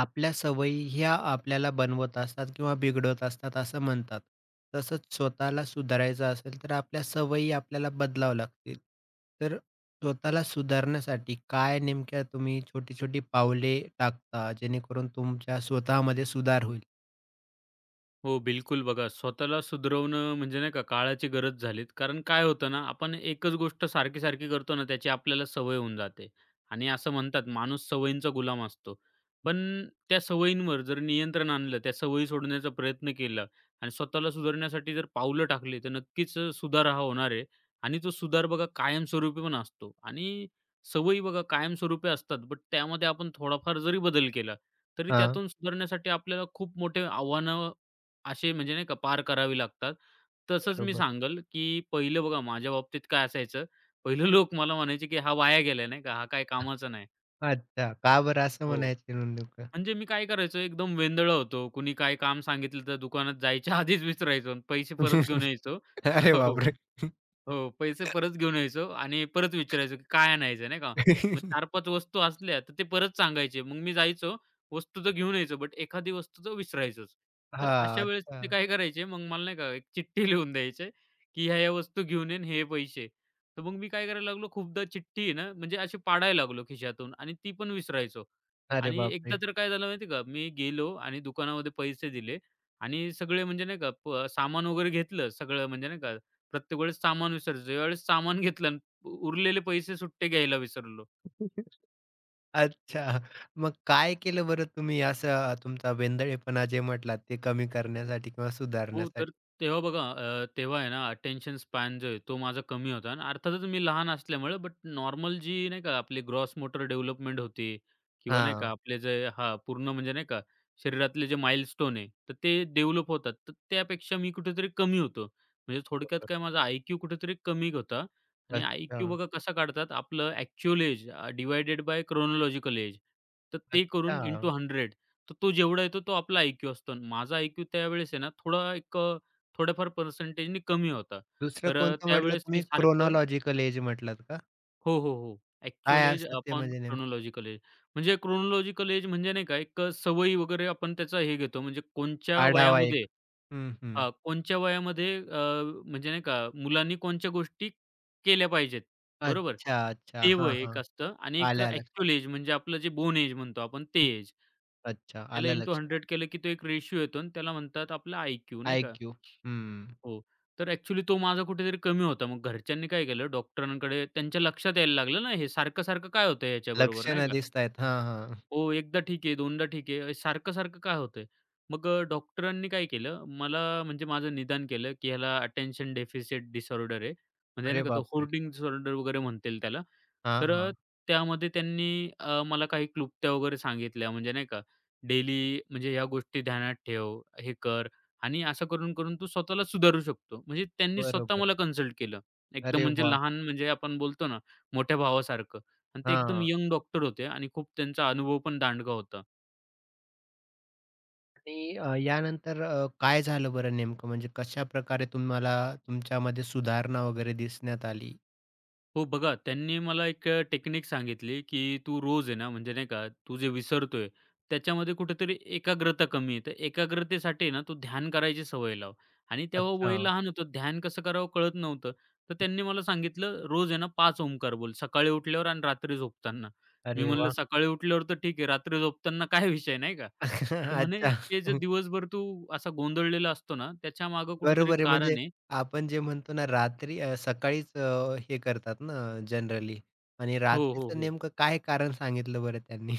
आपल्या सवयी ह्या आपल्याला बनवत असतात किंवा बिघडवत असतात असं म्हणतात. तसंच स्वतःला सुधारायचं असेल तर आपल्या सवयी आपल्याला बदलावं लागतील. तर स्वतःला सुधारण्यासाठी काय नेमक्या तुम्ही छोटी-छोटी पावले टाकता जेणेकरून तुमच्या स्वतःमध्ये सुधार होईल? हो, बिलकुल. बघा, स्वतःला सुधरवणं म्हणजे नाही का काळाची गरज झालीत. कारण काय होतं ना, आपण एकच गोष्ट सारखी-सारखी करतो ना, त्याची आपल्याला सवय होऊन जाते. आणि असं म्हणतात माणूस सवयींचा गुलाम असतो. पण त्या सवयींवर जर नियंत्रण आणलं, त्या सवयी सोडण्याचा प्रयत्न केला आणि स्वतःला सुधारण्यासाठी जर पावलं टाकली, तर नक्कीच सुधार हा होणार आहे. आणि तो सुधार बघा कायमस्वरूपी पण असतो. आणि सवयी बघा कायमस्वरूपी असतात, बट त्यामध्ये आपण थोडाफार जरी बदल केला, तरी हां, त्यातून सुधारण्यासाठी आपल्याला खूप मोठे आव्हानं असे म्हणजे नाही का पार करावी लागतात. तसंच मी बरोबर. सांगल की पहिलं बघा माझ्या बाबतीत काय असायचं, पहिलं लोक मला म्हणायचे, की "हा वाया गेलाय नाही का, हा काही कामाचा नाही." अच्छा. का बरं असं हो. म्हणायचं म्हणून नेमकं? म्हणजे मी काय करायचो एकदम वेंदळा होतो. कुणी काही काम सांगितलं तर दुकानात जायच्या आधीच विचारायचो आणि पैसे परत घेऊन यायचो. अरे हो. हो. बापरे! हो, पैसे परत घेऊन यायचो आणि परत विचारायचो, की काय आणायचं नाही का? मग 4-5 वस्तू असल्या, तर ते परत सांगायचे. मग मी जायचो, वस्तू तर घेऊन यायचो, बट एखादी वस्तू तर विसरायचोच. तर हां, अशा वेळेस ते अच्छा. काय करायचे, मग मला नाही का एक चिठ्ठी लिहून द्यायचे, की ह्या-ह्या वस्तू घेऊन ये हे पैसे. तर मग मी काय करायला लागलो, खूपदा चिठ्ठी आहे ना, म्हणजे अशी पाडायला लागलो खिशातून आणि ती पण विसरायचो. अरे आणि एकदा बापरे! तर काय झालं माहिती का, मी गेलो आणि दुकानामध्ये पैसे दिले आणि सगळे म्हणजे नाही का सामान वगैरे घेतलं सगळं म्हणजे नाही का प्रत्येक वेळेस सामान विसरायचो. ज्यावेळेस सामान घेतलं आणि उरलेले पैसे सुट्टे घ्यायला विसरलो. अच्छा. मग काय केलं बरं तुम्ही असं तुमचा वेंदळेपणा जे म्हटलात ते कमी करण्यासाठी किंवा हो, सुधारण्यासाठी? तर तेव्हा बघा तेव्हा आहे ना अटेन्शन स्पॅन जो आहे तो माझा कमी होता आणि अर्थातच मी लहान असल्यामुळे बट नॉर्मल जी नाही का आपली ग्रॉस मोटर डेव्हलपमेंट होती किंवा नाही हां, का आपले जे हां, पूर्ण म्हणजे नाही का शरीरातले जे माइलस्टोन आहे तर ते डेव्हलप होतात. तर त्यापेक्षा मी कुठेतरी कमी होतो. म्हणजे थोडक्यात बरोबर. काय माझा आयक्यू कुठेतरी कमी होता. आणि अच्छा, आयक्यू बघा कसा काढतात, आपलं actual age by chronological age, तर ते करून अच्छा. इंटू 100, तर तो जेवढा येतो तो आपला आय-क्यू असतो. आणि माझा आय-क्यू त्यावेळेस आहे ना थोडा एक थोड्याफार पर्सेंटेजनी कमी होता. दुसरं तर कोणतं म्हटलं त्यावेळेस ते तुम्ही? सारखं क्रोनॉलॉजिकल एज म्हटलात का? हो, हो, हो. ॲक्चुअल काय एज असतं ते अपॉन म्हणजे नेमकं? Chronological age. म्हणजे क्रोनॉलॉजिकल एज म्हणजे नाही का एक सवयी वगैरे आपण त्याचा हे घेतो म्हणजे कोणच्या आढावा एक. वयामध्ये हं, हं. हां, कोणत्या वयामध्ये म्हणजे नाही का मुलांनी कोणत्या गोष्टी केल्या पाहिजेत, बरोबर? अच्छा, अच्छा. ते हां, वय हां. एक असतं आणि एक आलं लक्षात. ॲक्चुअल एज म्हणजे आपलं जे बोर्न एज म्हणतो आपण ते एज. अच्छा, त्याला आलं इंटू लक्षात. 100 केलं की तो एक रेशिओ येतो आणि त्याला म्हणतात आपला आय-क्यू नाही का? आय-क्यू. हं. हो. तर ॲक्चुअली तो माझा कुठेतरी कमी होता. मग घरच्यांनी काय केलं डॉक्टरांकडे, त्यांच्या लक्षात यायला लागलं ना हे सारखं-सारखं काय होतंय याच्याबरोबर नाही लक्षणं का? दिसतायत. हां, हां. हो, एकदा ठीक आहे, दोनदा ठीक आहे. सारखं-सारखं काय होतंय? मग डॉक्टरांनी काय केलं, मला म्हणजे माझं निदान केलं, की ह्याला अटेन्शन डेफिसिट डिसऑर्डर आहे. म्हणजे अरे नाही का तो बापरे! होर्डिंग डिसऑर्डर वगैरे म्हणता त्याला. हां, तर हां. त्यामध्ये त्यांनी मला काही क्लुप्त्या वगैरे सांगितल्या, म्हणजे नाही का, डेली म्हणजे ह्या गोष्टी ध्यानात ठेव, हे कर आणि असं करून-करून तू स्वतःला सुधारू शकतो. म्हणजे त्यांनी स्वतः बरोबर. मला कन्सल्ट केलं. एकदम अरे म्हणजे वाह! लहान म्हणजे आपण बोलतो ना, मोठ्या भावासारखं. आणि ते एकदम हां. यंग डॉक्टर होते आणि खूप त्यांचा अनुभव पण दांडगा होता. आणि यानंतर काय झालं बरं नेमकं? म्हणजे कशाप्रकारे तुम्हाला तुमच्यामध्ये सुधारणा वगैरे दिसण्यात आली? हो, बघा त्यांनी मला एक टेक्निक सांगितली, की तू रोज आहे ना, म्हणजे नाही का, तू जे विसरतोय त्याच्यामध्ये कुठेतरी एकाग्रता कमी आहे. तर एकाग्रतेसाठी आहे ना, तू ध्यान करायची सवय लाव. आणि तेव्हा अच्छा. वय लहान होतं, ध्यान कसं करावं कळत नव्हतं. तर त्यांनी मला सांगितलं, "रोज आहे ना 5 ओंकार बोल, सकाळी उठल्यावर आणि रात्री झोपताना." मी अरे म्हणलं, वाह! "सकाळी उठल्यावर तर ठीक आहे, रात्री झोपताना काय विषय?" नाही का? तर म्हणे, अच्छा. "ते जे दिवसभर तू असा गोंधळलेला असतो ना, त्याच्यामागं कुठेतरी बरोबर आहे. म्हणजे कारण आहे." आपण जे म्हणतो ना रात्री सकाळीच हे करतात ना जनरली आणि हो, हो, रात्रीचं हो. नेमकं काय कारण सांगितलं बरं त्यांनी?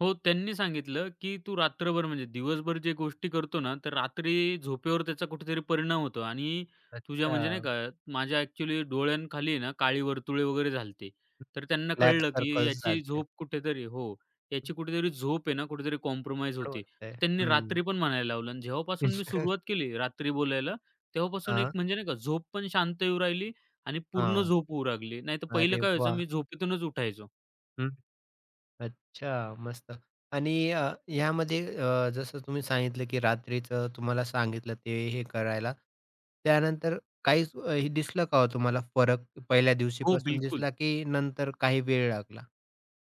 हो, त्यांनी सांगितलं, की तू रात्रभर म्हणजे दिवसभर जे गोष्टी करतो ना, तर रात्री झोपेवर त्याचा कुठेतरी परिणाम होतो आणि तुझ्या अच्छा. म्हणजे नाही का, माझ्या ॲक्चुअली डोळ्यांखाली आहे ना, काळी वर्तुळे वगैरे झालते. तर त्यांना ब्लॅक कळलं, की सर्कल्स याची झालते. झोप कुठेतरी हो, याची कुठेतरी झोप आहे ना, कुठेतरी कॉम्प्रोमाईज होते. तर त्यांनी हं. रात्री पण म्हणायला लावलं आणि हां. जेव्हापासून मी हां. सुरुवात केली रात्री बोलायला, तेव्हापासून एक म्हणजे नाही का, झोप पण शांत येऊ राहिली आणि पूर्ण झोप होऊ लागली. नाहीतर पहिलं अरे काय व्हायचं, वाह! मी झोपेतूनच उठायचो. अच्छा, मस्त. आणि यामध्ये जसं तुम्ही सांगितलं, की रात्रीचं तुम्हाला सांगितलं ते हे करायला. त्यानंतर काहीच हे दिसलं का हो तुम्हाला फरक पहिल्या हो, दिवशीपासून बिलकुल. दिसला, की नंतर काही वेळ लागला?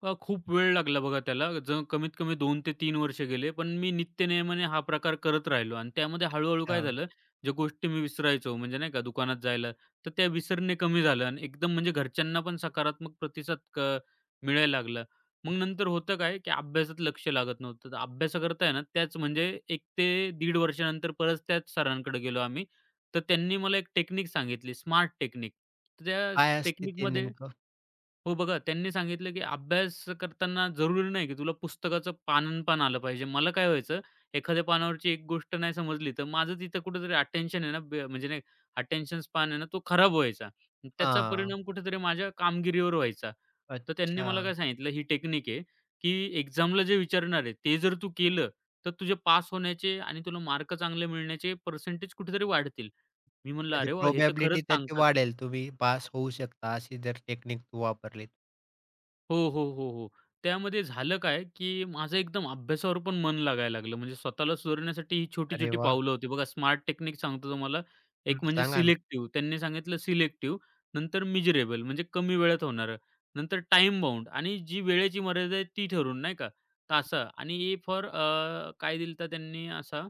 खूप वेळ लागला बघा त्याला. जर कमीत कमी 2 ते 3 वर्ष गेले. पण मी नित्यनेमाने हा प्रकार करत राहिलो आणि त्यामध्ये हळू-हळू काय अच्छा. झालं, ज्या गोष्टी मी विसरायचो म्हणजे नाही का दुकानात जायला, तर त्या विसरणे कमी झालं आणि एकदम म्हणजे घरच्यांना पण सकारात्मक प्रतिसाद मिळायला लागला. मग नंतर होतं काय, की अभ्यासात लक्ष लागत नव्हतं. तर अभ्यास करताय ना त्याच म्हणजे 1 ते दीड वर्षानंतर परत त्याच सरांकडे गेलो आम्ही. तर त्यांनी मला एक टेक्निक सांगितली, स्मार्ट टेक्निक. तर त्या काय असते ते टेक्निकमध्ये, नेमकं? हो, बघा त्यांनी सांगितलं, की अभ्यास करताना जरुरी नाही, की तुला पुस्तकाचं पानन अन पान आलं पाहिजे. मला काय व्हायचं, एखाद्या पानावरची एक गोष्ट नाही समजली, तर माझं तिथं कुठेतरी अटेन्शन आहे ना, ब म्हणजे नाही अटेन्शन स्पॅन आहे ना, तो खराब व्हायचा. त्याचा हां. परिणाम कुठेतरी माझ्या कामगिरीवर व्हायचा. तर त्यांनी अच्छा. मला काय सांगितलं, ही टेक्निक आहे, की एक्झामला जे विचारणार आहे, ते जर तू केलं, तर तुझे पास होण्याचे आणि तुला मार्क चांगले मिळण्याचे पर्सेंटेज कुठेतरी वाढतील. मी म्हणलं, म्हणजे "अरे वाह! हे तर खरंच प्रोबॅबिलिटी त्याची सांगतात ते." वाढेल, तुम्ही पास होऊ शकता अशी जर टेक्निक वापरलीत. हो, हो, हो, हो. त्यामध्ये झालं काय, की माझं एकदम अभ्यासावर पण मन लागायला लागलं. म्हणजे स्वतःला सुधारण्यासाठी ही अरे छोटी-छोटी वाह! पावलं होती. बघा स्मार्ट टेक्निक सांगतो तुम्हाला. हं, एक म्हणजे सांगा ना. सिलेक्टिव्ह त्यांनी सांगितलं सिलेक्टिव्ह, नंतर मेजरेबल म्हणजे कमी वेळेत होणारं, नंतर टाईम बाउंड आणि जी वेळेची मर्यादा आहे ती ठरवून नाही का, तासा आणि ए फॉर काय दिलं त्यांनी असा,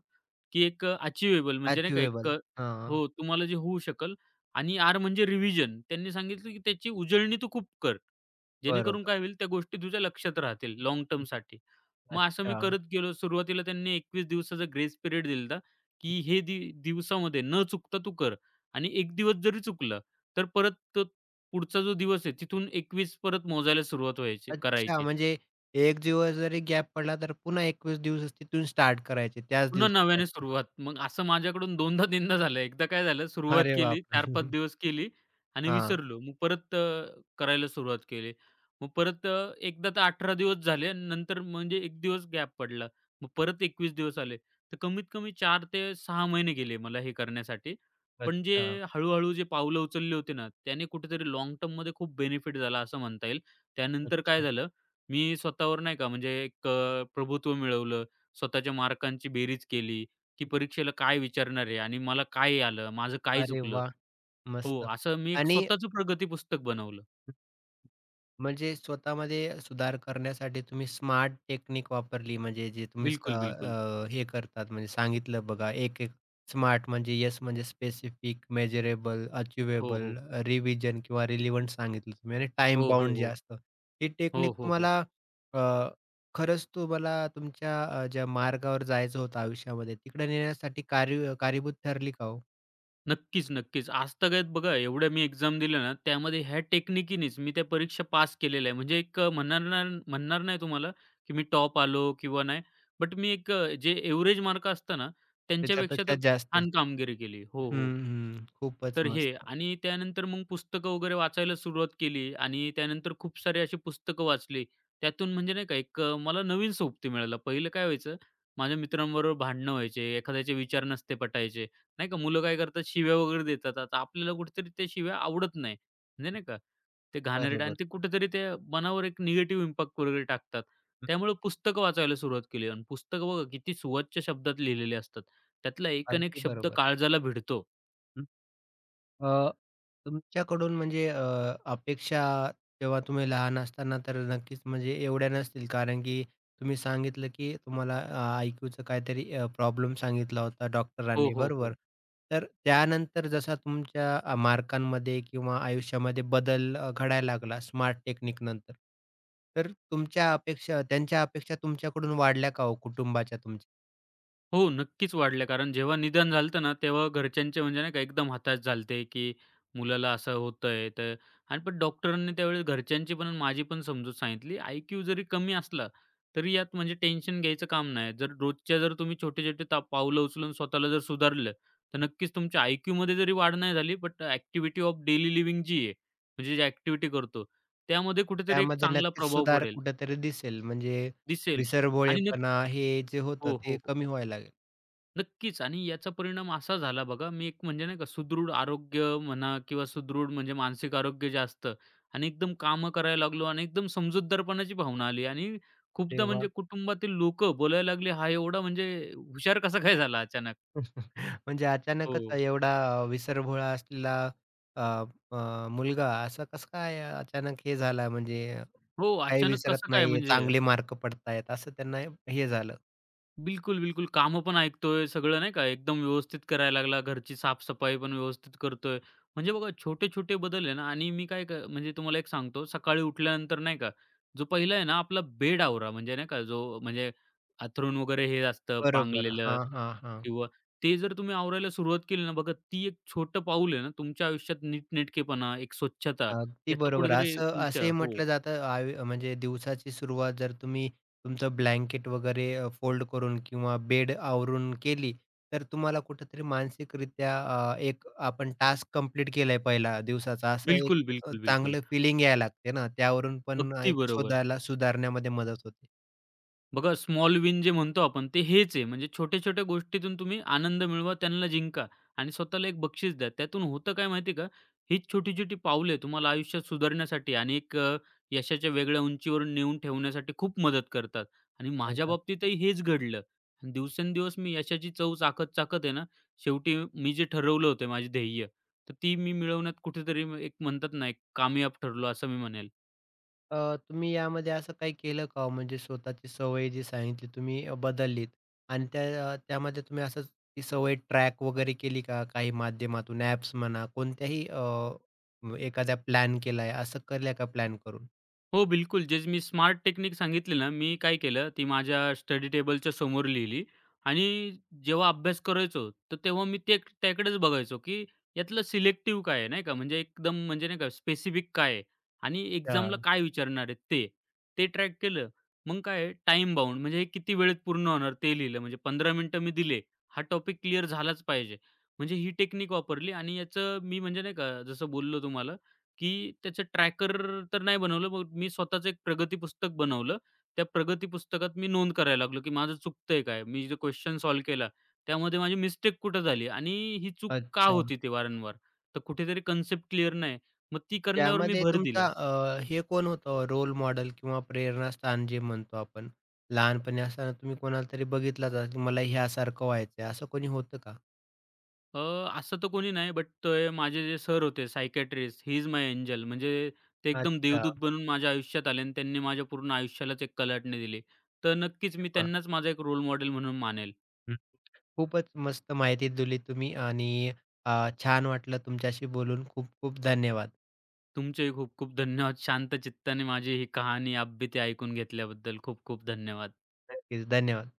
की एक अचिव्हेबल म्हणजे नाही का एक अचिव्हेबल. हां, हो, तुम्हाला जे होऊ शकल, आणि आर म्हणजे रिव्हिजन. त्यांनी सांगितलं की त्याची उजळणी तू खूप कर. जेणेकरून बरोबर. काय होईल, त्या गोष्टी तुझ्या लक्षात राहतील लॉंग टर्मसाठी. मग असं मी अच्छा. करत गेलो. सुरुवातीला त्यांनी 21 दिवसाचा ग्रेस पिरियड दिलता, की हे दिवसामध्ये न चुकता तू कर आणि 1 दिवस जरी चुकलं, तर परत तो पुढचा जो दिवस आहे तिथून 21 परत मोजायला सुरुवात व्हायची अच्छा, करायची. म्हणजे एक दिवस जरी गॅप पडला, तर पुन्हा 21 दिवस तिथून स्टार्ट करायचे त्याच पुन्हा नव्याने दिवशीपासून. सुरुवात. मग असं माझ्याकडून 2दा-3दा झालं. एकदा काय झालं सुरुवात अरे केली, बापरे! 4-5 दिवस केली आणि हां. विसरलो. मग परत करायला सुरुवात केली. मग परत एकदा तर 18 दिवस झाले, नंतर म्हणजे एक दिवस गॅप पडला. मग परत 21 दिवस आले. तर कमीत कमी 4 ते 6 महिने गेले मला हे करण्यासाठी. पण जे अच्छा, हळू जे पावलं उचलली होती ना, त्याने कुठेतरी लाँग टर्ममध्ये खूप बेनिफिट झाला असं म्हणता येईल. त्यानंतर काय अच्छा. झालं, मी स्वतःवर नाही का म्हणजे एक प्रभुत्व मिळवलं. स्वतःच्या मार्कांची बेरीज केली, की परीक्षेला काय विचारणार आहे आणि मला काय आलं, माझं काय अरे चुकलं? वाह! हो, मस्त. असं मी एक आणि स्वतःचं प्रगती पुस्तक बनवलं. म्हणजे स्वतःमध्ये सुधार करण्यासाठी तुम्ही स्मार्ट टेक्निक वापरली म्हणजे जे तुम्ही स- अ, बिलकुल, बिलकुल. अ, हे करतात म्हणजे सांगितलं बघा एक एक स्मार्ट म्हणजे येस म्हणजे स्पेसिफिक मेजरेबल हो, हो. अचिवेबल रिव्हिजन किंवा रिलिव्हंट सांगितलं तुम्ही आणि टाइम हो, हो, बाउंड जे हो. असतं ही हो, टेक्निक हो, हो. तुम्हाला अ, खरंच तुम्हाला तुमच्या ज्या मार्गावर जायचं होतं आयुष्यामध्ये तिकडे नेण्यासाठी कार्य कारणीभूत ठरली का हो नक्कीच, नक्कीच. आजतागत बघा एवढ्या मी एक्झाम दिल्या ना, त्यामध्ये ह्या टेक्निकीनीच मी त्या परीक्षा पास केलेल्या आहे. म्हणजे एक म्हणणार ना म्हणणार नाही तुम्हाला, की मी टॉप आलो किंवा नाही. बट मी एक जे एव्हरेज मार्क असतं ना, त्यांच्यापेक्षा तर त्याच्यापेक्षा जास्त छान कामगिरी केली. हो, हो. हम्म हम्म खूपच तर हे मस्त आणि त्यानंतर मग पुस्तकं वगैरे वाचायला सुरुवात केली आणि त्यानंतर खूप सारी अशी पुस्तकं वाचली. त्यातून म्हणजे नाही का एक मला नवीन सोबती मिळाला. पहिलं काय व्हायचं, माझ्या मित्रांबरोबर भांडणं व्हायचे, एखाद्याचे विचार नसते पटायचे. नाही का मुलं काय करतात शिव्या वगैरे देतात. आता आपल्याला कुठेतरी त्या शिव्या आवडत नाही. म्हणजे नाही का ते घाणेरडं आणि बरोबर ते कुठेतरी ते मनावर एक निगेटिव्ह इम्पॅक्ट वगैरे टाकतात. हं, त्यामुळे पुस्तकं वाचायला सुरुवात केली आणि पुस्तकं बघा किती सुवाच्य शब्दात लिहिलेले असतात. त्यातला एक एक अगदी शब्द बरोबर. काळजाला भिडतो. अ, तुमच्याकडून म्हणजे अपेक्षा तेव्हा तुम्ही लहान असताना तर नक्कीच म्हणजे एवढ्या नसतील कारण की तुम्ही सांगितलं की तुम्हाला आयक्यूचा काहीतरी प्रॉब्लेम सांगितला होता हो, डॉक्टरांनी हो, बरोबर. हो. तर त्यानंतर जसा तुमच्या मार्कांमध्ये किंवा आयुष्यामध्ये बदल घडायला लागला स्मार्ट टेक्निक नंतर, तर तुमच्या अपेक्षा त्यांच्या अपेक्षा तुमच्याकडून वाढल्या का हो कुटुंबाच्या हो, नक्कीच वाढल्या. कारण जेव्हा निधन झालं ना, तेव्हा घरच्यांचे म्हणजे नाही का एकदम हताश झाले, की मुलाला असं होतंय तर. आणि पण डॉक्टरांनी त्यावेळेस घरच्यांची पण आणि माझी पण समजूत सांगितली. आय-क्यू जरी कमी असला, तरी यात म्हणजे टेन्शन घ्यायचं काम नाही. जर रोजच्या जर तुम्ही छोटे-छोटे पावलं उचलून स्वतःला जर सुधारलं, तर नक्कीच तुमच्या आय-क्यूमध्ये जरी वाढ नाही झाली, but activity of daily living जी आहे, म्हणजे जी ॲक्टिव्हिटी करतो, त्यामध्ये कुठेतरी एक त्यामध्ये चांगला नक्कीच प्रभाव सुधार पडेल, कुठेतरी दिसेल. म्हणजे दिसेल. आणि नक्क विसरभोळेपणा हे जे होतं हो, हो. ते हो. कमी व्हायला लागेल. नक्कीच. आणि याचा परिणाम असा झाला बघा, मी एक म्हणजे नाही का सुदृढ आरोग्य म्हणा किंवा सुदृढ म्हणजे मानसिक आरोग्य जे असतं आणि एकदम कामं करायला लागलो आणि एकदम समजूतदारपणाची भावना आली. आणि अरे खूपदा वाह! म्हणजे कुटुंबातील लोकं बोलायला लागले, "हा एवढा म्हणजे हुशार कसा काय झाला अचानक?" म्हणजे अचानकच हो. एवढा विसरभोळा असलेला अ, अ, मुलगा असं कसं काय अचानक हे झाला म्हणजे हो, काही अचानक विसरत कसं काय नाहीये, म्हणजे? चांगले मार्क पडतायत असं त्यांना हे झालं. बिलकुल, बिलकुल. कामं पण ऐकतोय, सगळं नाही का एकदम व्यवस्थित करायला लागला. घरची साफसफाई पण व्यवस्थित करतोय. म्हणजे बघा छोटे-छोटे बदल आहे ना, आणि मी काय काय म्हणजे तुम्हाला एक सांगतो, सकाळी उठल्यानंतर नाही का, जो पहिला आहे ना आपला बेड आवरा म्हणजे नाही का, जो म्हणजे अंथरूण वगैरे हे असतं बरोबर. पांगलेलं हां, हां, हां. किंवा ते जर तुम्ही आवरायला सुरुवात केली ना, बघा ती एक छोटं पाऊल आहे ना, तुमच्या आयुष्यात नीटनेटकेपणा, एक स्वच्छता, अगदी याचं बरोबर. कुठेतरी असं तुमच्या असंही हो. म्हटलं जातं आयु म्हणजे दिवसाची सुरुवात जर तुम्ही तुमचं ब्लँकेट वगैरे फोल्ड करून किंवा बेड आवरून केली, तर तुम्हाला कुठेतरी मानसिकरित्या एक आपण टास्क कंप्लीट केलाय पहिला दिवसाचा, असं एक बिलकुल, बिलकुल, बिलकुल. चांगलं फीलिंग यायला लागते ना, त्यावरून पण अगदी एक बरोबर. शोधायला सुधारण्यामध्ये मदत होते. बघा स्मॉल विन जे म्हणतो आपण ते हेच आहे. म्हणजे छोट्या-छोट्या गोष्टीतून तुम्ही आनंद मिळवा, त्यांना जिंका आणि स्वतःला एक बक्षीस द्या. त्यातून होतं काय माहिती का? हीच छोटी-छोटी पावले तुम्हाला आयुष्यात सुधारण्यासाठी आणि एक यशाच्या वेगळ्या उंचीवर नेऊन ठेवण्यासाठी खूप मदत करतात. आणि माझ्या बाबतीतही हेच घडलं. आणि दिवसेंदिवस मी यशाची चव चाखत-चाखत आहे ना, शेवटी मी जे ठरवलं होतं माझे ध्येय, तर ती मी मिळवण्यात कुठेतरी एक म्हणतात ना, एक कामयाब ठरलो असं मी म्हणेल. तुम्ही यामध्ये असं काही केलं का हो? म्हणजे स्वतःची सवय जी सांगितली तुम्ही बदललीत आणि त्या त्यामध्ये तुम्ही असंच ती सवय ट्रॅक वगैरे केली का? काही माध्यमातून ॲप्स म्हणा कोणत्याही एखादा प्लॅन केलाय असं केलं का प्लॅन करून? हो, बिलकुल. जे मी स्मार्ट टेक्निक सांगितली ना, मी काय केलं, ती माझ्या स्टडी टेबलच्या समोर लिहिली आणि जेव्हा अभ्यास करायचो, तर तेव्हा मी ते त्याकडेच बघायचो, की यातलं सिलेक्टिव्ह काय आहे, नाही का. म्हणजे एकदम म्हणजे नाही का, स्पेसिफिक काय आहे आणि एक्झामला अच्छा. काय विचारणार आहेत ते. ते ट्रॅक केलं. मग काय आहे, बाउंड म्हणजे हे किती वेळेत पूर्ण होणार ते लिहिलं. म्हणजे 15 मिनिटं मी दिले. हा टॉपिक क्लिअर झालाच पाहिजे. म्हणजे ही टेक्निक वापरली आणि याचं मी म्हणजे नाही का, जसं बोललो तुम्हाला, की त्याचं ट्रॅकर तर नाही बनवलं. मग मी स्वतःचं एक प्रगती पुस्तक बनवलं. त्या प्रगती पुस्तकात मी नोंद करायला लागलो, की माझं चुकतंय काय? मी जे क्वेश्चन सॉल्व्ह केला, त्यामध्ये माझी मिस्टेक कुठे झाली? आणि ही चूक का अच्छा. होती ते वारंवार? तर कुठेतरी कन्सेप्ट क्लिअर नाही. मग ती करण्यावर मी यामध्ये भर तुमचा दिला. हे कोण होतं हो? रोल मॉडेल किंवा प्रेरणास्थान जे म्हणतो आपण? लहानपणी असताना तुम्ही कोणाला तरी बघितलाच असेल, मला ह्यासारखं व्हायचंय असं कोणी होतं का? अ, असं तर कोणी नाही, बट माझे जे सर होते psychiatrist, he is my angel. म्हणजे ते एकदम अच्छा. देवदूत अरे बनून माझ्या आयुष्यात आले आणि त्यांनी माझ्या पूर्ण आयुष्यालाच एक कलाटणी दिली. तर नक्कीच मी त्यांनाच माझा एक रोल मॉडेल म्हणून मानेल. वाह! खूपच मस्त माहिती दिली तुम्ही आणि अ, छान वाटलं तुमच्याशी बोलून. खूप खूप धन्यवाद. तुमचेही खूप खूप धन्यवाद. शांत चित्ताने माझी ही कहाणी, आप बीती ऐकून घेतल्याबद्दल खूप खूप धन्यवाद. नक्कीच धन्यवाद.